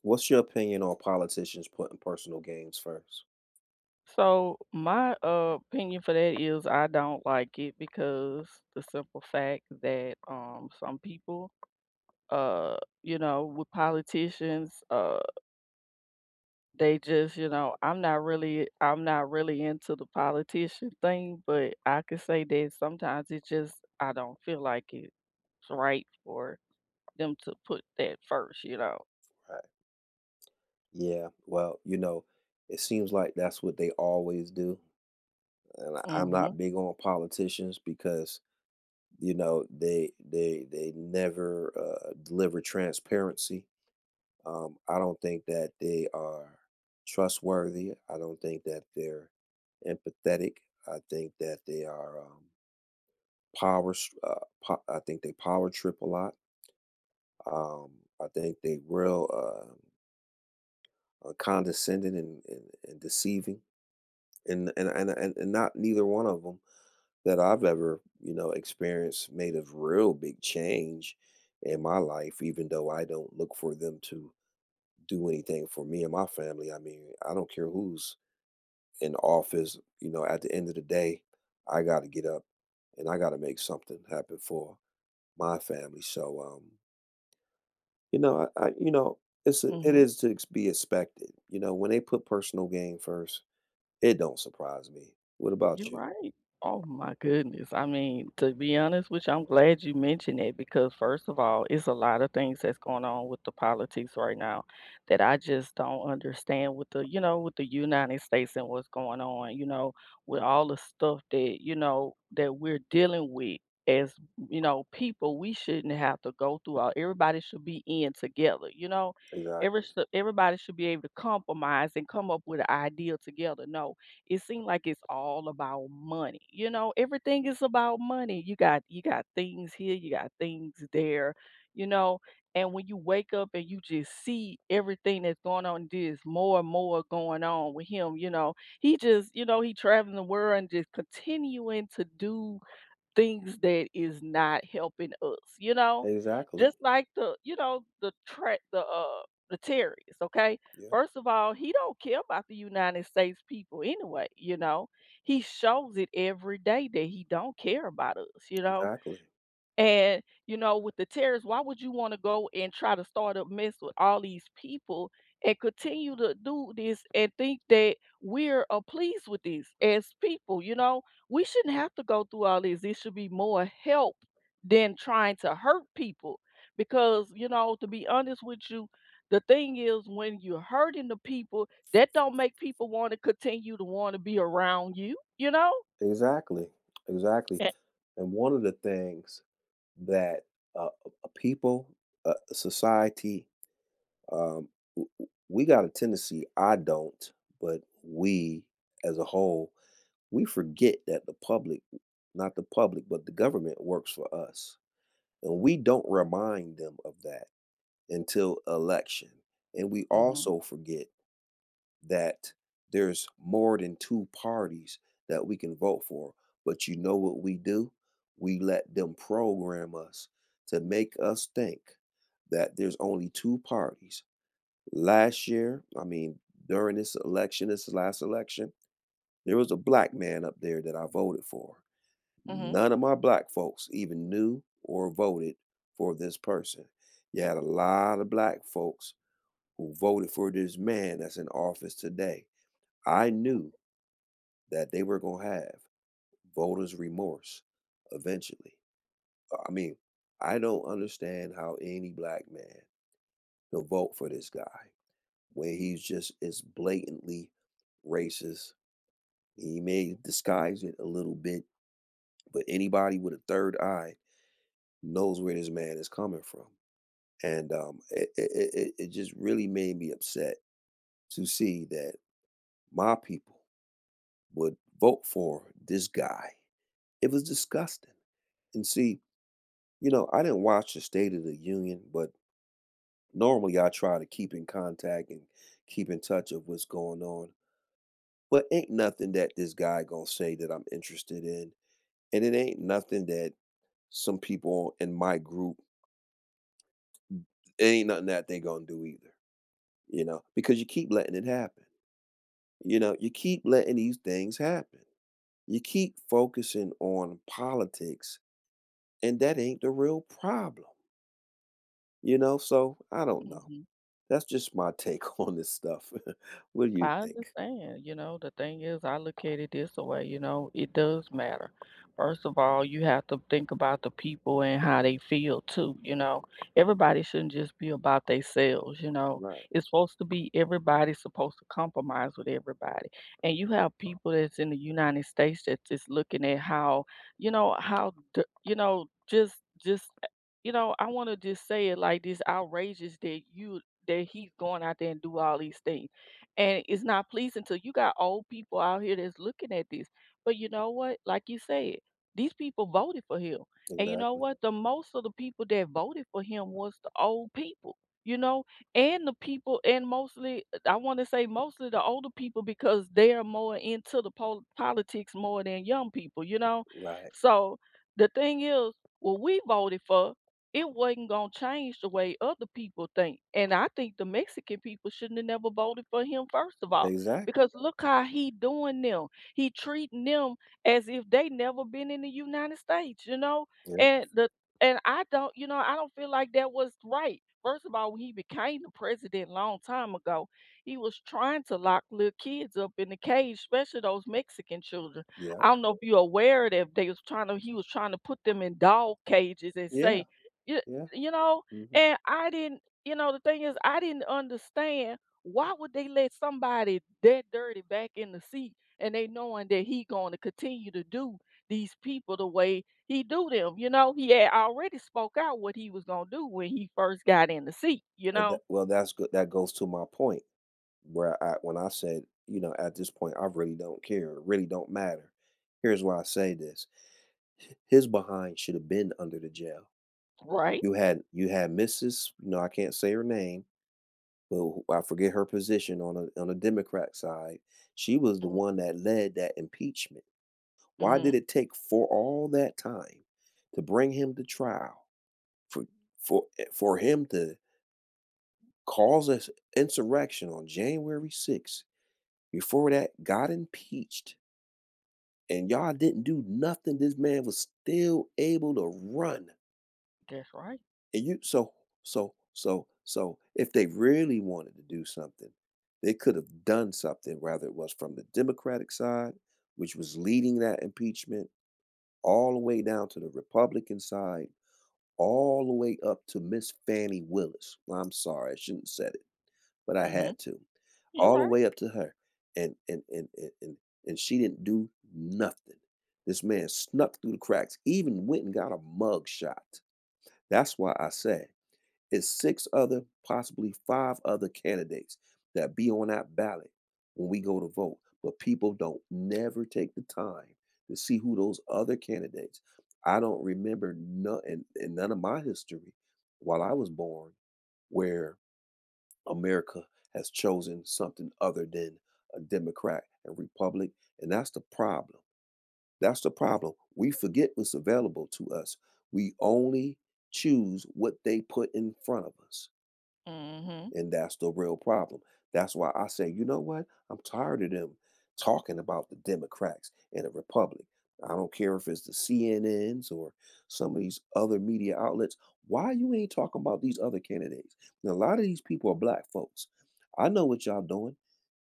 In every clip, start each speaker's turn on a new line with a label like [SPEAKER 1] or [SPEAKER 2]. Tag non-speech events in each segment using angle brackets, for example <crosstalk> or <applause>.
[SPEAKER 1] What's your opinion on politicians putting personal gains first?
[SPEAKER 2] So my opinion for that is I don't like it because the simple fact that some people uh you know, with politicians, they just, you know, I'm not really into the politician thing, but I could say that sometimes it just, I don't feel like it's right for them to put that first, you know.
[SPEAKER 1] Right. Yeah. It seems like that's what they always do, and I'm
[SPEAKER 2] Mhm.
[SPEAKER 1] not big on politicians because you know they never deliver transparency. I don't think that they are trustworthy. I don't think that they're empathetic. I think that they are power. str- Uh, I think they power trip a lot. Um, I think they real. Condescending and deceiving and not neither one of them that I've ever experienced made a real big change in my life, even though I don't look for them to do anything for me and my family. I mean, I don't care who's in office, you know, at the end of the day I got to get up and I got to make something happen for my family. So you know, I it's it
[SPEAKER 2] Mhm.
[SPEAKER 1] is to be expected, you know, when they put personal gain first. It don't surprise me. What about
[SPEAKER 2] You're
[SPEAKER 1] you?
[SPEAKER 2] right. Oh my goodness. I mean, to be honest with you, I'm glad you mentioned it because first of all, it's a lot of things that's going on with the politics right now that I just don't understand with the, you know, with the United States and what's going on, you know, with all the stuff that, you know, that we're dealing with as, you know, people, we shouldn't have to go through all. Everybody should be in together, you know. Every,
[SPEAKER 1] Exactly.
[SPEAKER 2] everybody should be able to compromise and come up with an idea together. No, it seems like it's all about money. You know, everything is about money. You got things here, you got things there, you know. And when you wake up and you just see everything that's going on, there's more and more going on with him. You know, he just, you know, he traveling the world and just continuing to do things that is not helping us, you know?
[SPEAKER 1] Exactly.
[SPEAKER 2] Just like the, you know, the tra- the terrorists, okay?
[SPEAKER 1] Yeah.
[SPEAKER 2] First of all, he don't care about the United States people anyway, you know. He shows it every day that he don't care about us, you know,
[SPEAKER 1] Exactly.
[SPEAKER 2] and, you know, with the terrorists, why would you wanna go and try to start a mess with all these people and continue to do this and think that we're pleased with this as people, you know? We shouldn't have to go through all this. It should be more help than trying to hurt people because, you know, to be honest with you, the thing is when you're hurting the people, that don't make people wanna continue to wanna be around you, you know?
[SPEAKER 1] Exactly. Exactly.
[SPEAKER 2] Eh.
[SPEAKER 1] And one of the things that, a people, a society, um, w w we got a tendency, I don't, but we as a whole, we forget that the public not the public, but the government works for us, and we don't remind them of that until election, and we
[SPEAKER 2] Mhm.
[SPEAKER 1] also forget that there's more than two parties that we can vote for. But you know what we do? We let them program us to make us think that there's only two parties. Last year, I mean, during this election, this last election, there was a black man up there that I voted for.
[SPEAKER 2] Mhm.
[SPEAKER 1] None of my black folks even knew or voted for this person. You had a lot of black folks who voted for this man that's in office today. I knew that they were going to have voters remorse eventually. I mean, I don't understand how any black man can vote for this guy when he's just is blatantly racist. He may disguise it a little bit, but anybody with a third eye knows where this man is coming from. And it just really made me upset to see that my people would vote for this guy. It was disgusting. And see, you know, I didn't watch the State of the Union, but normally I try to keep in contact and keep in touch of what's going on. But ain't nothing that this guy gonna say that I'm interested in, and it ain't nothing that some people in my group it ain't nothing that they gonna do either. You know, because you keep letting it happen. You know, you keep letting these things happen. You keep focusing on politics, and that ain't the real problem. You know, so I don't know.
[SPEAKER 2] Mhm.
[SPEAKER 1] That's just my take <laughs> on this stuff. <laughs> What do you
[SPEAKER 2] I
[SPEAKER 1] think?
[SPEAKER 2] understand, you know, the thing is I look at it this way, you know, it does matter. First of all, you have to think about the people and how they feel too, you know. Everybody shouldn't just be about themselves, you know.
[SPEAKER 1] Right,
[SPEAKER 2] It's supposed to be everybody's supposed to compromise with everybody. And you have people that's in the United States that's just looking at how, you know, you know, just you know, I want to just say it like this, outrageous that you that he's going out there and do all these things and it's not pleasing to, you got old people out here that's looking at this. But you know what? Like you said, these people voted for him. And you know
[SPEAKER 1] exactly.
[SPEAKER 2] what? The most of the people that voted for him was the old people, you know, and the people, and mostly, I want to say mostly the older people because they're more into the politics more than young people, you know.
[SPEAKER 1] Right,
[SPEAKER 2] So the thing is, what we voted for, it wasn't gonna change the way other people think. And I think the Mexican people shouldn't have never voted for him, first of all,
[SPEAKER 1] exactly.
[SPEAKER 2] because look how he doing them. He treating them as if they never been in the United States, you know?
[SPEAKER 1] Yep,
[SPEAKER 2] And the and I don't, you know, I don't feel like that was right. First of all, when he became the president a long time ago, he was trying to lock little kids up in the cage, especially those Mexican children.
[SPEAKER 1] yep.
[SPEAKER 2] I don't know if you're aware of that. They was trying to, he was trying to put them in dog cages and
[SPEAKER 1] Yeah,
[SPEAKER 2] say, you
[SPEAKER 1] yeah,
[SPEAKER 2] you know,
[SPEAKER 1] mhm.
[SPEAKER 2] and I didn't, you know, the thing is I didn't understand why would they let somebody that dirty back in the seat, and they knowing that he going to continue to do these people the way he do them, you know? He had already spoke out what he was going to do when he first got in the seat, you
[SPEAKER 1] Well,
[SPEAKER 2] know?
[SPEAKER 1] that well, that's good, that goes to my point where I when I said, you know, at this point, I really don't care, it really don't matter. Here's why I say this. His behind should have been under the jail.
[SPEAKER 2] Right.
[SPEAKER 1] You had Mrs., you know, I can't say her name, but who, I forget her position, on the Democrat side. She was the
[SPEAKER 2] Mm.
[SPEAKER 1] one that led that impeachment. Why did
[SPEAKER 2] Mhm.
[SPEAKER 1] it take for all that time to bring him to trial for for him to cause an insurrection on January 6th? Before that, got impeached, and y'all didn't do nothing. This man was still able to run,
[SPEAKER 2] That's right.
[SPEAKER 1] and you so. If they really wanted to do something, they could have done something. Whether it was from the Democratic side, which was leading that impeachment, all the way down to the Republican side, all the way up to Miss Fannie Willis. Well, I'm sorry, I shouldn't have said it, but I
[SPEAKER 2] Mhm.
[SPEAKER 1] had to.
[SPEAKER 2] You're
[SPEAKER 1] All the
[SPEAKER 2] right.
[SPEAKER 1] way up to her. And and and and and, and she didn't do nothing. This man snuck through the cracks, even went and got a mug shot. That's why I say it's six other, possibly five other candidates that be on that ballot when we go to vote. But people don't never take the time to see who those other candidates. I don't remember none in none of my history while I was born where America has chosen something other than a Democrat and Republic. And that's the problem. That's the problem. We forget what's available to us. We only choose what they put in front of us.
[SPEAKER 2] Mhm.
[SPEAKER 1] And that's the real problem. That's why I say, you know what? I'm tired of them talking about the Democrats and the Republic. I don't care if it's the CNNs or some of these other media outlets. Why you ain't talking about these other candidates? And a lot of these people are black folks. I know what y'all doing.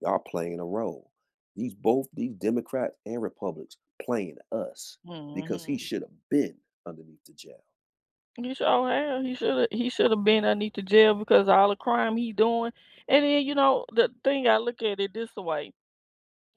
[SPEAKER 1] Y'all playing a role. These both these Democrats and Republicans playing us because he
[SPEAKER 2] Mhm.
[SPEAKER 1] should have been underneath the jail.
[SPEAKER 2] He sure have. He should have. He should have been underneath the jail because of all the crime he doing. And then you know the thing, I look at it this way.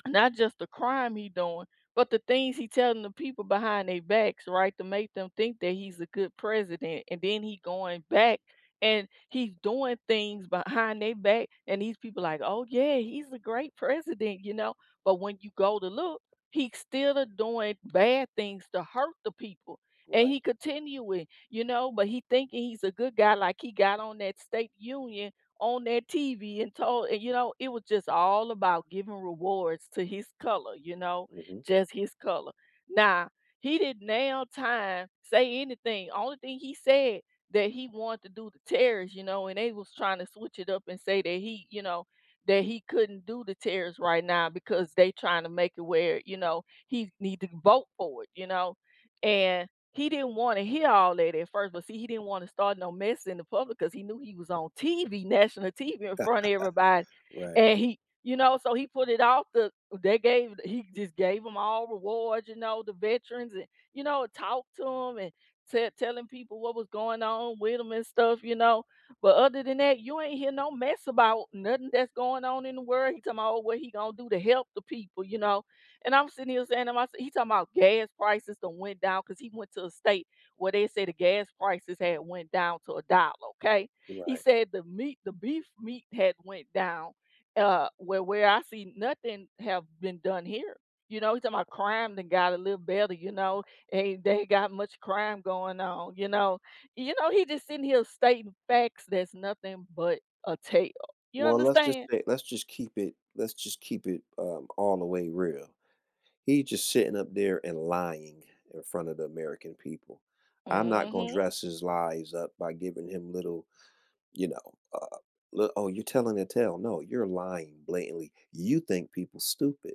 [SPEAKER 2] Not just the crime he doing, but the things he telling the people behind their backs, right, to make them think that he's a good president, and then he going back and he's doing things behind their back, and these people like, oh yeah, he's a great president, you know. But when you go to look, he's still a doing bad things to hurt the people. And
[SPEAKER 1] Right.
[SPEAKER 2] he continuing, you know, but he thinking he's a good guy, like he got on that state union on that TV and told, and you know, it was just all about giving rewards to his color, you know,
[SPEAKER 1] Hmm.
[SPEAKER 2] just his color. Now, he didn't nail time, say anything. Only thing he said that he wanted to do the terrorists, you know, and they was trying to switch it up and say that he, you know, that he couldn't do the terrorists right now because they trying to make it where, you know, he need to vote for it, you know. He didn't wanna hear all that at first, but see, he didn't wanna start no mess in the public because he knew he was on TV, <laughs> national TV in front of everybody,
[SPEAKER 1] Right.
[SPEAKER 2] and he, you know, so he put it off, the they gave he just gave them all rewards, you know, the veterans and, you know, talked to them and telling people what was going on with them and stuff, you know, but other than that, you ain't hear no mess about nothing that's going on in the world. He talking about, "Oh, what he gonna do to help the people," you know? And I'm sitting here saying to myself, he talking about gas prices done went down because he went to a state where they said the gas prices had went down to a dollar. Okay, he
[SPEAKER 1] Right.
[SPEAKER 2] said the beef meat had went down. Where where I see nothing have been done here. You know, he talking about crime done got a little better. You know, ain't they got much crime going on. You know he just sitting here stating facts that's nothing but a tale. You
[SPEAKER 1] Well, let's just
[SPEAKER 2] understand?
[SPEAKER 1] say, let's just keep it, all the way real. He just sitting up there and lying in front of the American people. I'm not gonna
[SPEAKER 2] Mm-hmm.
[SPEAKER 1] dress his lies up by giving him little, you know, li "Oh, you're telling a tale." No, you're lying blatantly. You think people stupid,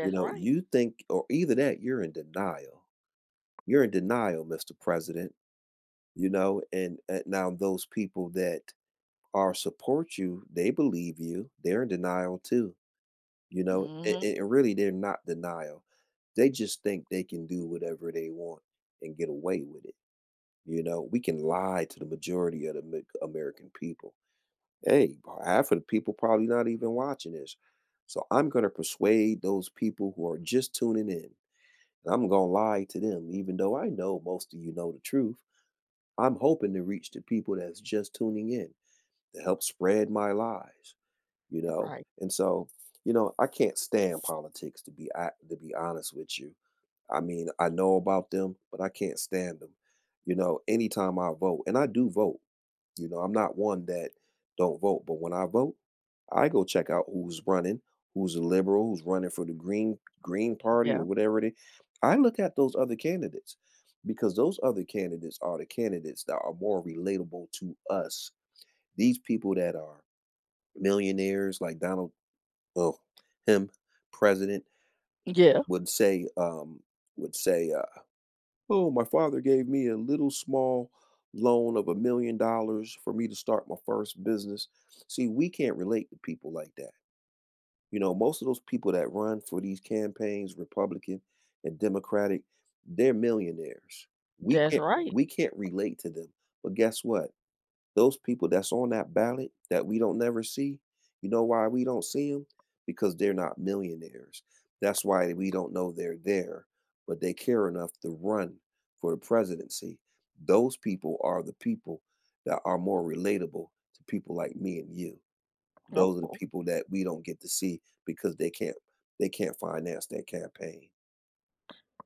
[SPEAKER 1] you know?
[SPEAKER 2] right.
[SPEAKER 1] You think, or either that, you're in denial. You're in denial, Mr. President, you know? And now those people that are support you, they believe you. They're in denial too. You know,
[SPEAKER 2] Mm-hmm.
[SPEAKER 1] and really they're not denial. They just think they can do whatever they want and get away with it. You know, we can lie to the majority of the American people. Hey, half of the people probably not even watching this. So I'm going to persuade those people who are just tuning in. And I'm going to lie to them, even though I know most of you know the truth. I'm hoping to reach the people that's just tuning in to help spread my lies, you know?
[SPEAKER 2] Right.
[SPEAKER 1] And so, you know, I can't stand politics to be to be honest with you. I mean, I know about them, but I can't stand them. You know, anytime I vote, and I do vote, you know, I'm not one that don't vote, but when I vote, I go check out who's running, who's a liberal, who's running for the green party
[SPEAKER 2] Yeah.
[SPEAKER 1] or whatever it is. I look at those other candidates because those other candidates are the candidates that are more relatable to us. These people that are millionaires like well, him, president,
[SPEAKER 2] Yeah,
[SPEAKER 1] would say, would say, uh, "Oh, my father gave me a little small loan of a million dollars for me to start my first business." See, we can't relate to people like that. You know, most of those people that run for these campaigns, Republican and Democratic, they're millionaires.
[SPEAKER 2] that's right.
[SPEAKER 1] We can't relate to them. But guess what? Those people that's on that ballot that we don't never see, you know why we don't see them? Because they're not millionaires. That's why we don't know they're there, but they care enough to run for the presidency. Those people are the people that are more relatable to people like me and you. Those are the
[SPEAKER 2] Oh,
[SPEAKER 1] people that we don't get to see because they can't finance their campaign.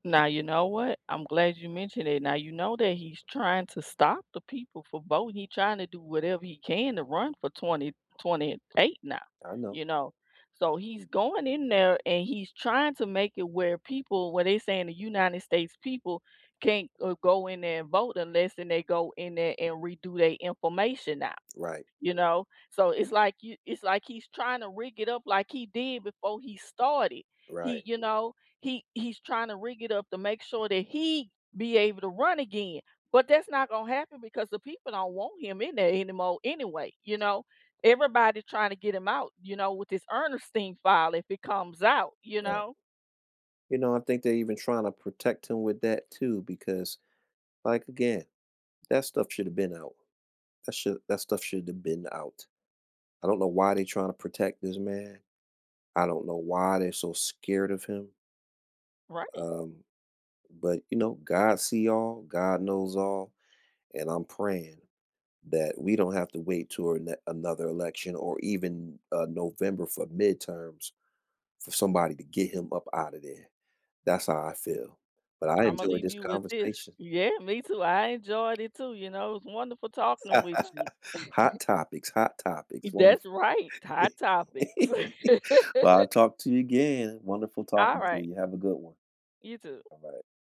[SPEAKER 2] now you know what? I'm glad you mentioned it. Now you know that he's trying to stop the people from voting. He's trying to do whatever he can to run for 2028. Now,
[SPEAKER 1] I know.
[SPEAKER 2] you know. So he's going in there and he's trying to make it where people, where they saying the United States people can't go in there and vote unless then they go in there and redo their information now.
[SPEAKER 1] Right,
[SPEAKER 2] You know, so it's like you, it's like he's trying to rig it up like he did before he started, he
[SPEAKER 1] right,
[SPEAKER 2] you know, he's trying to rig it up to make sure that he be able to run again, but that's not going to happen because the people don't want him in there anymore anyway, you know, everybody trying to get him out, you know, with this ernestine file, if it comes out, you
[SPEAKER 1] right.
[SPEAKER 2] know.
[SPEAKER 1] You know, I think they're even trying to protect him with that too, because, like, again, that stuff should have been out. That stuff should have been out. I don't know why they are trying to protect this man. I don't know why they're so scared of him.
[SPEAKER 2] Right.
[SPEAKER 1] Um, but you know, God see all, God knows all, and I'm praying that we don't have to wait to another election or even November for midterms for somebody to get him up out of there. That's how I feel. But I
[SPEAKER 2] I'm gonna
[SPEAKER 1] enjoyed
[SPEAKER 2] leave
[SPEAKER 1] this
[SPEAKER 2] you with this.
[SPEAKER 1] conversation.
[SPEAKER 2] Yeah, me too, I enjoyed it too, you know, it was wonderful talking with you.
[SPEAKER 1] <laughs> Hot topics, hot topics.
[SPEAKER 2] That's
[SPEAKER 1] Wonderful.
[SPEAKER 2] right, hot topics.
[SPEAKER 1] <laughs> Well, I'll talk to you again. Wonderful
[SPEAKER 2] <laughs>
[SPEAKER 1] talking to
[SPEAKER 2] Alright,
[SPEAKER 1] you. Have a good one.
[SPEAKER 2] you too.
[SPEAKER 1] All right.